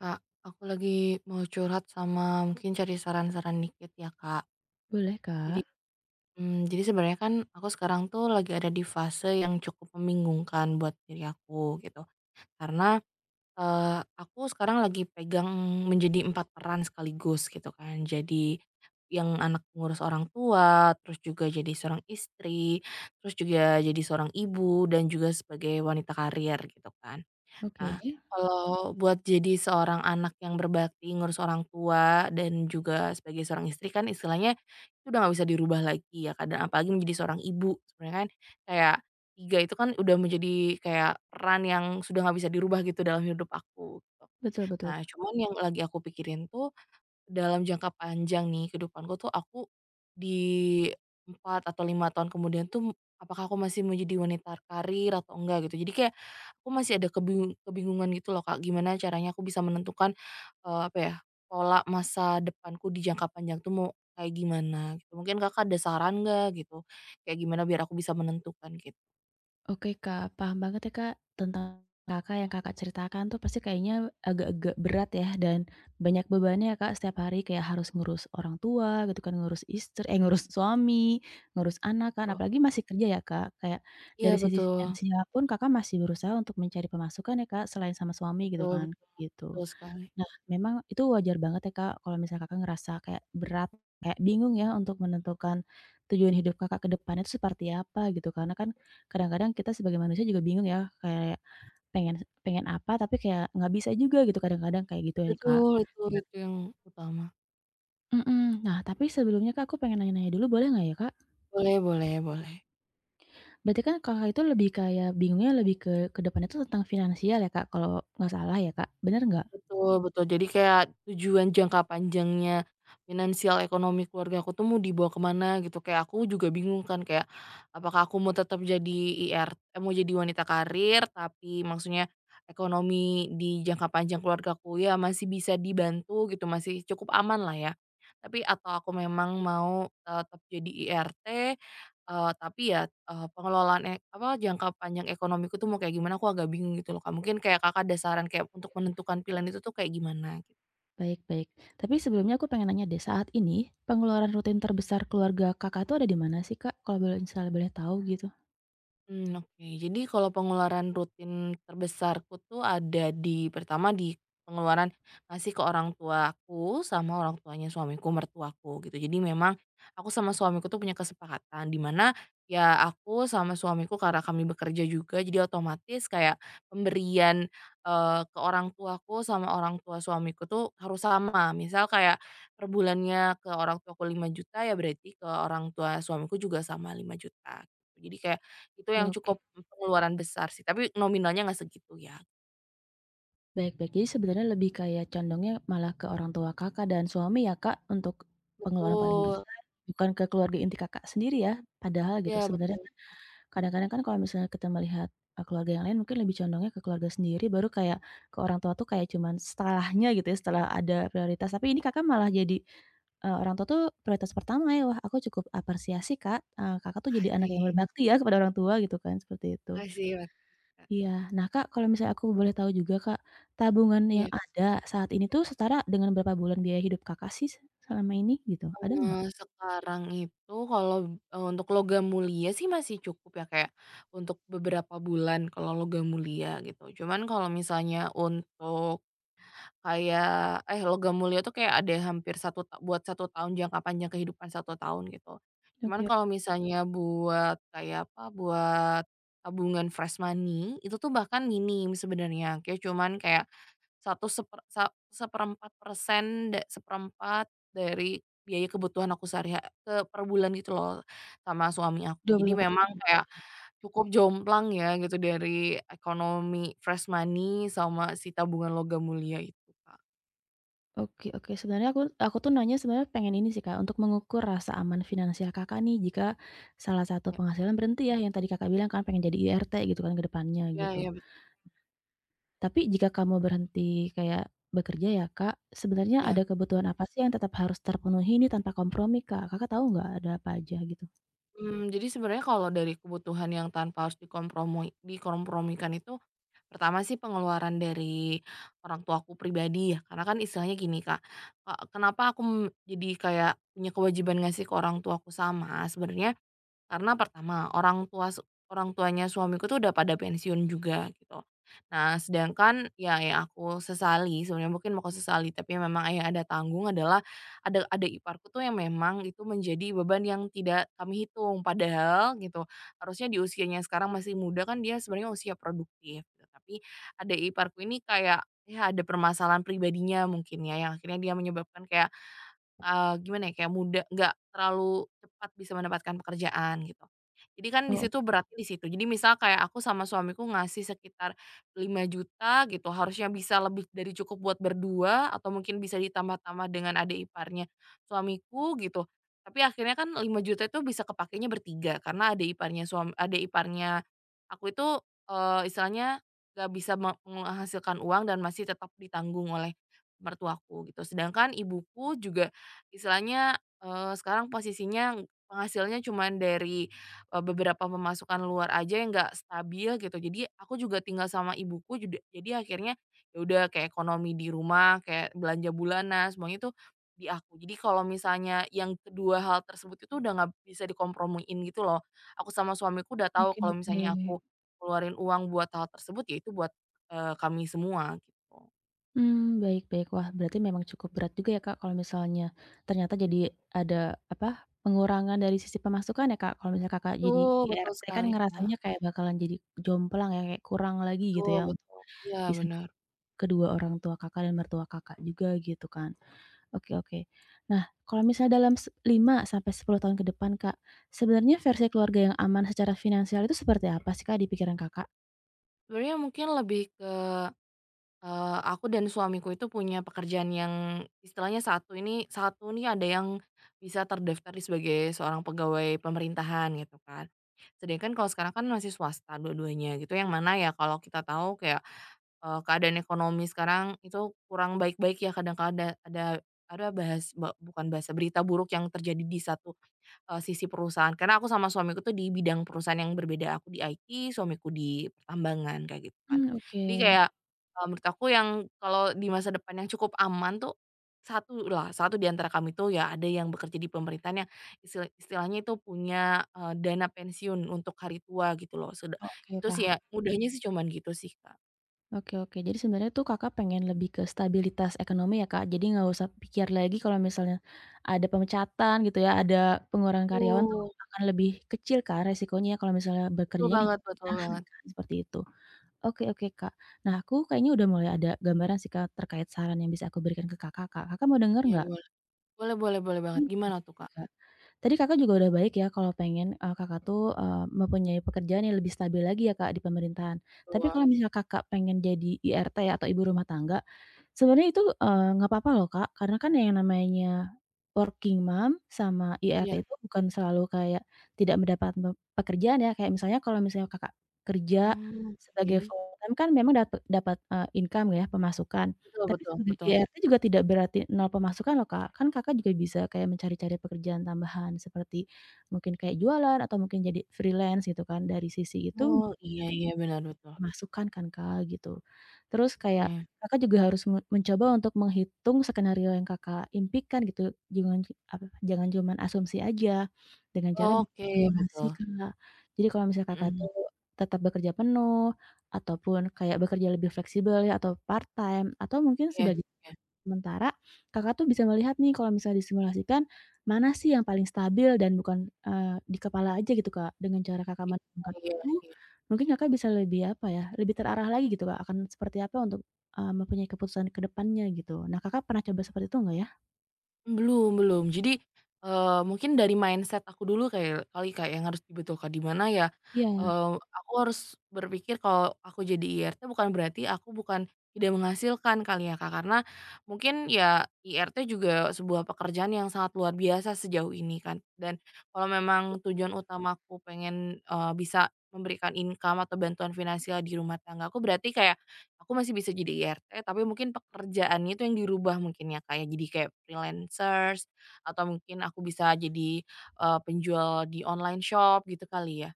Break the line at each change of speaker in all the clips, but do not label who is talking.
Kak, aku lagi mau curhat sama mungkin cari saran-saran dikit ya, Kak.
Boleh,
Jadi,
Kak.
jadi, sebenarnya kan aku sekarang tuh lagi ada di fase yang cukup membingungkan buat diri aku gitu. Karena, aku sekarang lagi pegang menjadi 4 peran sekaligus gitu kan. Jadi yang anak ngurus orang tua, terus juga jadi seorang istri, terus juga jadi seorang ibu dan juga sebagai wanita karir gitu kan.
Oke.
Nah, kalau buat jadi seorang anak yang berbakti, ngurus orang tua, dan juga sebagai seorang istri kan istilahnya itu udah nggak bisa dirubah lagi ya, Kak, apalagi menjadi seorang ibu sebenarnya kan kayak 3 itu kan udah menjadi kayak peran yang sudah nggak bisa dirubah gitu dalam hidup aku gitu.
Betul betul.
Nah, cuman yang lagi aku pikirin tuh dalam jangka panjang nih kehidupanku tuh aku di 4 atau 5 tahun kemudian tuh apakah aku masih menjadi wanita karir atau enggak gitu. Jadi kayak aku masih ada kebingungan gitu loh, Kak, gimana caranya aku bisa menentukan, apa ya, pola masa depanku di jangka panjang tuh mau kayak gimana gitu. Mungkin Kakak ada saran nggak gitu, kayak gimana biar aku bisa menentukan gitu?
Oke, Kak, paham banget ya, Kak, tentang Kakak yang Kakak ceritakan tuh pasti kayaknya agak-agak berat ya dan banyak bebannya ya, Kak, setiap hari kayak harus ngurus orang tua gitu kan, ngurus suami, ngurus anak kan,
Betul.
apalagi masih kerja ya, Kak. Kayak
Iya,
dari sisi
betul,
finansial pun Kakak masih berusaha untuk mencari pemasukan ya, Kak, selain sama suami gitu
betul,
kan,
betul,
gitu.
betul sekali.
Nah, memang itu wajar banget ya, Kak, kalau misalnya Kakak ngerasa kayak berat, kayak bingung ya untuk menentukan tujuan hidup Kakak ke depannya itu seperti apa gitu. Karena kan kadang-kadang kita sebagai manusia juga bingung ya, kayak pengen pengen apa tapi kayak nggak bisa juga gitu kadang-kadang kayak gitu ya, Kak.
Betul, itu yang utama.
Mhm, nah tapi sebelumnya, Kak, aku pengen nanya-nanya dulu boleh nggak ya, Kak?
Boleh, boleh, boleh.
Berarti kan Kakak itu lebih kayak bingungnya lebih ke depannya itu tentang finansial ya, Kak, kalau nggak salah ya, Kak? Bener nggak?
Betul, betul. Jadi kayak tujuan jangka panjangnya finansial ekonomi keluarga aku tuh mau dibawa kemana gitu, kayak aku juga bingung kan kayak apakah aku mau tetap jadi IR mau jadi wanita karir tapi maksudnya ekonomi di jangka panjang keluargaku ya masih bisa dibantu gitu, masih cukup aman lah ya. Tapi atau aku memang mau tetap jadi IRT. Tapi ya, pengelolaan jangka panjang ekonomiku tuh mau kayak gimana, aku agak bingung gitu loh, Kak. Mungkin kayak Kakak ada saran kayak untuk menentukan pilihan itu tuh kayak gimana?
Baik baik. Tapi sebelumnya aku pengen nanya deh, saat ini pengeluaran rutin terbesar keluarga Kakak tuh ada di mana sih, Kak? Kalau boleh misalnya boleh tahu gitu?
Hmm, oke. Jadi kalau pengeluaran rutin terbesarku tuh ada di pertama di pengeluaran ngasih ke orang tuaku sama orang tuanya suamiku, mertuaku gitu. Jadi memang aku sama suamiku tuh punya kesepakatan di mana ya aku sama suamiku karena kami bekerja juga jadi otomatis kayak pemberian, ke orang tuaku sama orang tua suamiku tuh harus sama. Misal kayak per bulannya ke orang tuaku 5 juta ya berarti ke orang tua suamiku juga sama 5 juta gitu. Jadi kayak itu
Oke
yang
oke.
cukup pengeluaran besar sih, tapi nominalnya nggak segitu ya.
Baik baik. Jadi sebenarnya lebih kayak condongnya malah ke orang tua Kakak dan suami ya, Kak, untuk pengeluaran paling
Betul,
besar, bukan ke keluarga inti Kakak sendiri ya? Padahal gitu
iya
sebenarnya
betul.
kadang-kadang kan kalau misalnya kita melihat, keluarga yang lain mungkin lebih condongnya ke keluarga sendiri, baru kayak ke orang tua tuh kayak cuman setelahnya gitu ya, setelah ada prioritas. Tapi ini Kakak malah jadi, orang tua tuh prioritas pertama ya. Wah, aku cukup apresiasi, Kak, Kakak tuh jadi anak yang
Makasih,
berbakti ya kepada orang tua gitu kan, seperti itu.
makasih, makasih, Kak.
Iya. Nah, Kak, kalau misalnya aku boleh tahu juga, Kak, tabungan yang
Iya,
ada saat ini tuh setara dengan berapa bulan biaya hidup Kakak sih selama ini gitu, ada nggak?
eee, sekarang itu kalau, untuk logam mulia sih masih cukup ya, kayak untuk beberapa bulan kalau logam mulia gitu. Cuman kalau misalnya untuk kayak Logam Mulia tuh kayak ada hampir satu ta buat satu tahun jangka panjang kehidupan satu tahun gitu. Cuman
Oke,
kalau misalnya buat kayak apa, buat tabungan fresh money itu tuh bahkan minim sebenarnya, kayak cuman kayak satu seper sa 1/4% 1 dari biaya kebutuhan aku sehari ke per bulan gitu loh sama suami aku. Jadi
25%
memang
ya?
kayak cukup jomplang ya gitu dari ekonomi fresh money sama si tabungan Logam Mulia itu, Kak.
Oke oke. Sebenarnya aku tuh nanya sebenarnya pengen ini sih, Kak, untuk mengukur rasa aman finansial Kakak nih jika salah satu
Ya,
penghasilan berhenti ya, yang tadi Kakak bilang kan pengen jadi IRT gitu kan ke depannya
ya,
gitu.
ya,
Tapi jika kamu berhenti kayak bekerja ya, Kak, sebenarnya ada
ya,
kebutuhan apa sih yang tetap harus terpenuhi ini tanpa kompromi, Kak? Kakak tahu nggak ada apa aja gitu?
jadi sebenarnya kalau dari kebutuhan yang tanpa harus dikompromikan itu, pertama sih pengeluaran dari orang tuaku pribadi ya, karena kan istilahnya gini, Kak, kenapa aku, jadi kayak punya kewajiban ngasih ke orang tuaku sama, sebenarnya karena pertama, orang tuanya suamiku tuh udah pada pensiun juga gitu. Nah, sedangkan ya yang aku sesali, sebenarnya mungkin bukan sesali, tapi memang yang ada tanggung adalah ada iparku tuh yang memang itu menjadi beban yang tidak kami hitung. Padahal gitu, harusnya di usianya sekarang masih muda kan dia sebenarnya usia produktif gitu. Tapi ada iparku ini kayak ya ada permasalahan pribadinya mungkin ya, yang akhirnya dia menyebabkan kayak gimana ya, kayak muda nggak terlalu cepat bisa mendapatkan pekerjaan gitu. Jadi kan di
Oh,
situ beratnya di situ. Jadi misal kayak aku sama suamiku ngasih sekitar 5 juta gitu, harusnya bisa lebih dari cukup buat berdua atau mungkin bisa ditambah-tambah dengan adik iparnya suamiku gitu. Tapi akhirnya kan 5 juta itu bisa kepakainya bertiga karena adik iparnya aku itu, istilahnya nggak bisa menghasilkan uang dan masih tetap ditanggung oleh mertuaku gitu. Sedangkan ibuku juga istilahnya, sekarang posisinya penghasilnya cuman dari, beberapa pemasukan luar aja yang nggak stabil gitu. Jadi aku juga tinggal sama ibuku jadi akhirnya ya udah kayak ekonomi di rumah, kayak belanja bulanan semuanya tuh di aku. Jadi kalau misalnya yang kedua hal tersebut itu udah nggak bisa dikompromiin gitu loh. Aku sama suamiku udah tahu
oke
kalau misalnya
oke.
aku keluarin uang buat hal tersebut ya itu buat, kami semua gitu.
Mmm, baik baik. Wah, berarti memang cukup berat juga ya, Kak, kalau misalnya ternyata jadi ada, apa, pengurangan dari sisi pemasukan ya, Kak, kalau misalnya Kakak jadi
Betul, betul
IRT kan
sekali, Kak.
ngerasanya kayak bakalan jadi jomplang ya, kayak kurang lagi gitu
Betul,
ya untuk
betul. Iya,
bisa
bener.
kedua orang tua Kakak dan mertua Kakak juga gitu kan. Oke oke. Nah, kalau misalnya dalam 5 sampai 10 tahun ke depan, Kak, sebenarnya versi keluarga yang aman secara finansial itu seperti apa sih, Kak, di pikiran Kakak?
Sebenarnya mungkin lebih ke, aku dan suamiku itu punya pekerjaan yang istilahnya satu nih ada yang bisa terdaftar sebagai seorang pegawai pemerintahan gitu kan. Sedangkan kalau sekarang kan masih swasta dua-duanya gitu yang mana ya kalau kita tahu kayak keadaan ekonomi sekarang itu kurang baik-baik ya kadang kadang ada bahas ba bukan bahasa, berita buruk yang terjadi di satu, sisi perusahaan. Karena aku sama suamiku tuh di bidang perusahaan yang berbeda, aku di IT, suamiku di pertambangan, kayak gitu kan.
Mmm, oke.
Jadi kayak, menurut aku yang kalau di masa depan yang cukup aman tuh, satu di antara kami tuh ya ada yang bekerja di pemerintahan yang istilahnya itu punya, dana pensiun untuk hari tua gitu loh,
Oke,
itu
paham.
sih ya, mudahnya sih cuman gitu sih, Kak.
Oke oke. Jadi sebenarnya tuh Kakak pengen lebih ke stabilitas ekonomi ya, Kak? Jadi nggak usah pikir lagi kalau misalnya ada pemecatan gitu ya, ada pengurangan karyawan tuh
Betul,
akan lebih kecil kan resikonya ya kalau misalnya
betul
bekerjanya di
banget, betul
pemerintahan
banget.
kan, seperti itu. Oke oke, Kak. Nah, aku kayaknya udah mulai ada gambaran sih, Kak, terkait saran yang bisa aku berikan ke Kakak, Kak. Kakak mau denger
Iya,
nggak?
boleh. Boleh, boleh, boleh banget.
Hmm, gini,
Gimana tuh, Kak?
Kak. Tadi Kakak juga udah baik ya kalau pengen, Kakak tuh, mempunyai pekerjaan yang lebih stabil lagi ya, Kak, di pemerintahan. Tapi
Tua.
kalau misal Kakak pengen jadi IRT atau ibu rumah tangga, sebenarnya itu, nggak apa-apa loh, Kak, karena kan yang namanya working mom sama
Iya.
IRT itu bukan selalu kayak tidak mendapat pekerjaan ya, kayak misalnya kalau misalnya Kakak kerja
Oh, oke.
sebagai full time kan memang dapat dapat, income ya, pemasukan.
Betul,
Tapi
betul,
sebagai
betul.
GRT juga tidak berarti nol pemasukan loh, Kak. Kan Kakak juga bisa kayak mencari-cari pekerjaan tambahan seperti mungkin kayak jualan atau mungkin jadi freelance gitu kan, dari sisi itu
Oh, iya,
tetap
iya, benar, betul.
masukan kan, Kak, gitu. Terus kayak
Iya.
Kakak juga harus mencoba untuk menghitung skenario yang Kakak impikan gitu, jangan apa, jangan cuman asumsi aja, dengan cara bikin
Oke,
simulasi,
betul.
Kak. Jadi kalau misalnya Kakak
Mhm.
tuh tetap bekerja penuh, ataupun kayak bekerja lebih fleksibel ya, atau part time, atau mungkin
Iya, iya.
sebagai sementara, Kakak tuh bisa melihat nih kalau misalnya disimulasikan, mana sih yang paling stabil dan bukan, di kepala aja gitu, Kak. Dengan cara Kakak menenangkan
Iya, iya,
itu
iya.
mungkin Kakak bisa lebih, apa ya, lebih terarah lagi gitu, Kak, akan seperti apa untuk, mempunyai keputusan ke depannya gitu. Nah, Kakak pernah coba seperti itu nggak ya?
Belum, belum. Jadi, mungkin dari mindset aku dulu kayak kali kayak yang harus dibetulkan, di mana ya,
Iya.
aku harus berpikir kalau aku jadi IRT bukan berarti aku bukan tidak menghasilkan kali ya, Kak, karena mungkin ya IRT juga sebuah pekerjaan yang sangat luar biasa sejauh ini kan, dan kalau memang tujuan utamaku pengen, bisa memberikan income atau bantuan finansial di rumah tangga aku, berarti kayak aku masih bisa jadi IRT, tapi mungkin pekerjaannya itu yang dirubah mungkin ya, kayak jadi kayak freelancers atau mungkin aku bisa jadi, penjual di online shop gitu kali ya?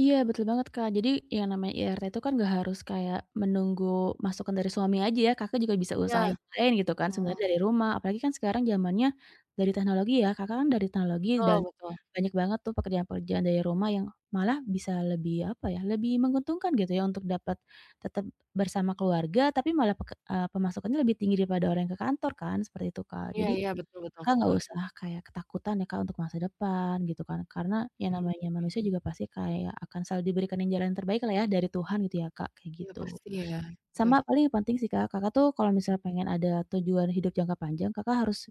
Iya betul banget, Kak. Jadi yang namanya IRT itu kan gak harus kayak menunggu masukan dari suami aja ya, Kakak juga bisa
Iya,
usaha yang lain gitu kan
oh,
sebenarnya dari rumah, apalagi kan sekarang zamannya dari teknologi ya, Kakak kan dari teknologi dan
betul, betul.
banyak banget tuh pekerjaan-pekerjaan dari rumah yang malah bisa lebih, apa ya, lebih menguntungkan gitu ya untuk dapat tetap bersama keluarga tapi malah pemasukannya lebih tinggi daripada orang yang ke kantor kan, seperti itu, Kak.
Iya,
Jadi
iya, betul, betul,
Kakak
aku
nggak
baru.
usah kayak ketakutan ya, Kak, untuk masa depan gitu kan, karena yang
mmm,
namanya manusia juga pasti kayak akan selalu diberikan yang jalan yang terbaik lah ya dari Tuhan gitu ya, Kak, kayak
iya
gitu.
pasti ya, oke.
Sama paling yang penting sih, Kak, Kakak tuh kalau misalnya pengen ada tujuan hidup jangka panjang, Kakak harus,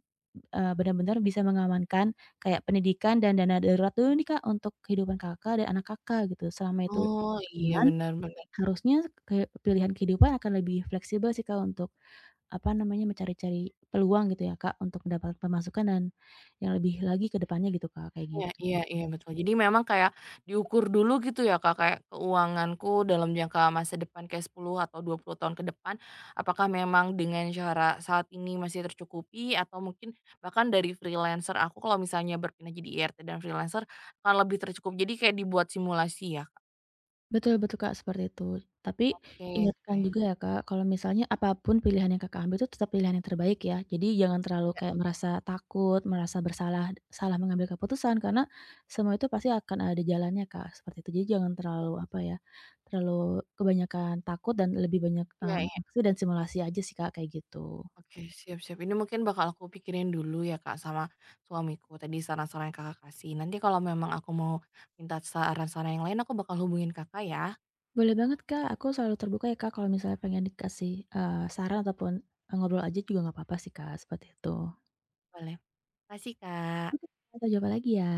benar-benar bisa mengamankan kayak pendidikan dan dana darurat dulu nih, Kak, untuk kehidupan Kakak dan anak Kakak gitu. Selama itu
Oh, iya,
aman,
benar, benar.
harusnya ke pilihan kehidupan akan lebih fleksibel sih, Kak, untuk apa namanya, mencari-cari peluang gitu ya, Kak, untuk mendapatkan pemasukan dan yang lebih lagi ke depannya gitu, Kak, kayak
Iya,
gitu.
iya, iya, betul. Jadi memang kayak diukur dulu gitu ya, Kak, kayak keuanganku dalam jangka masa depan kayak 10 atau 20 tahun ke depan, apakah memang dengan cara saat ini masih tercukupi atau mungkin bahkan dari freelancer aku kalau misalnya berpindah jadi IRT dan freelancer akan lebih tercukup. Jadi kayak dibuat simulasi ya, Kak?
Betul betul, Kak, seperti itu. Tapi
Oke, oke.
ingatkan juga ya, Kak, kalau misalnya apapun pilihan yang Kakak ambil itu tetap pilihan yang terbaik ya. Jadi jangan terlalu
Ya,
kayak merasa takut, merasa bersalah salah mengambil keputusan karena semua itu pasti akan ada jalannya, Kak, seperti itu. Jadi jangan terlalu apa ya, terlalu kebanyakan takut dan lebih banyak,
iya, iya,
aksi dan simulasi aja sih, Kak, kayak gitu.
oke, siap, siap. Ini mungkin bakal aku pikirin dulu ya, Kak, sama suamiku tadi saran-saran yang Kakak kasih. Nanti kalau memang aku mau minta saran-saran yang lain aku bakal hubungin Kakak ya.
Boleh banget, Kak, aku selalu terbuka ya, Kak, kalau misalnya pengen dikasih, saran ataupun ngobrol aja juga nggak apa-apa sih, Kak, seperti itu.
Boleh. Makasih,
Oke,
Kak.
kita jumpa lagi ya.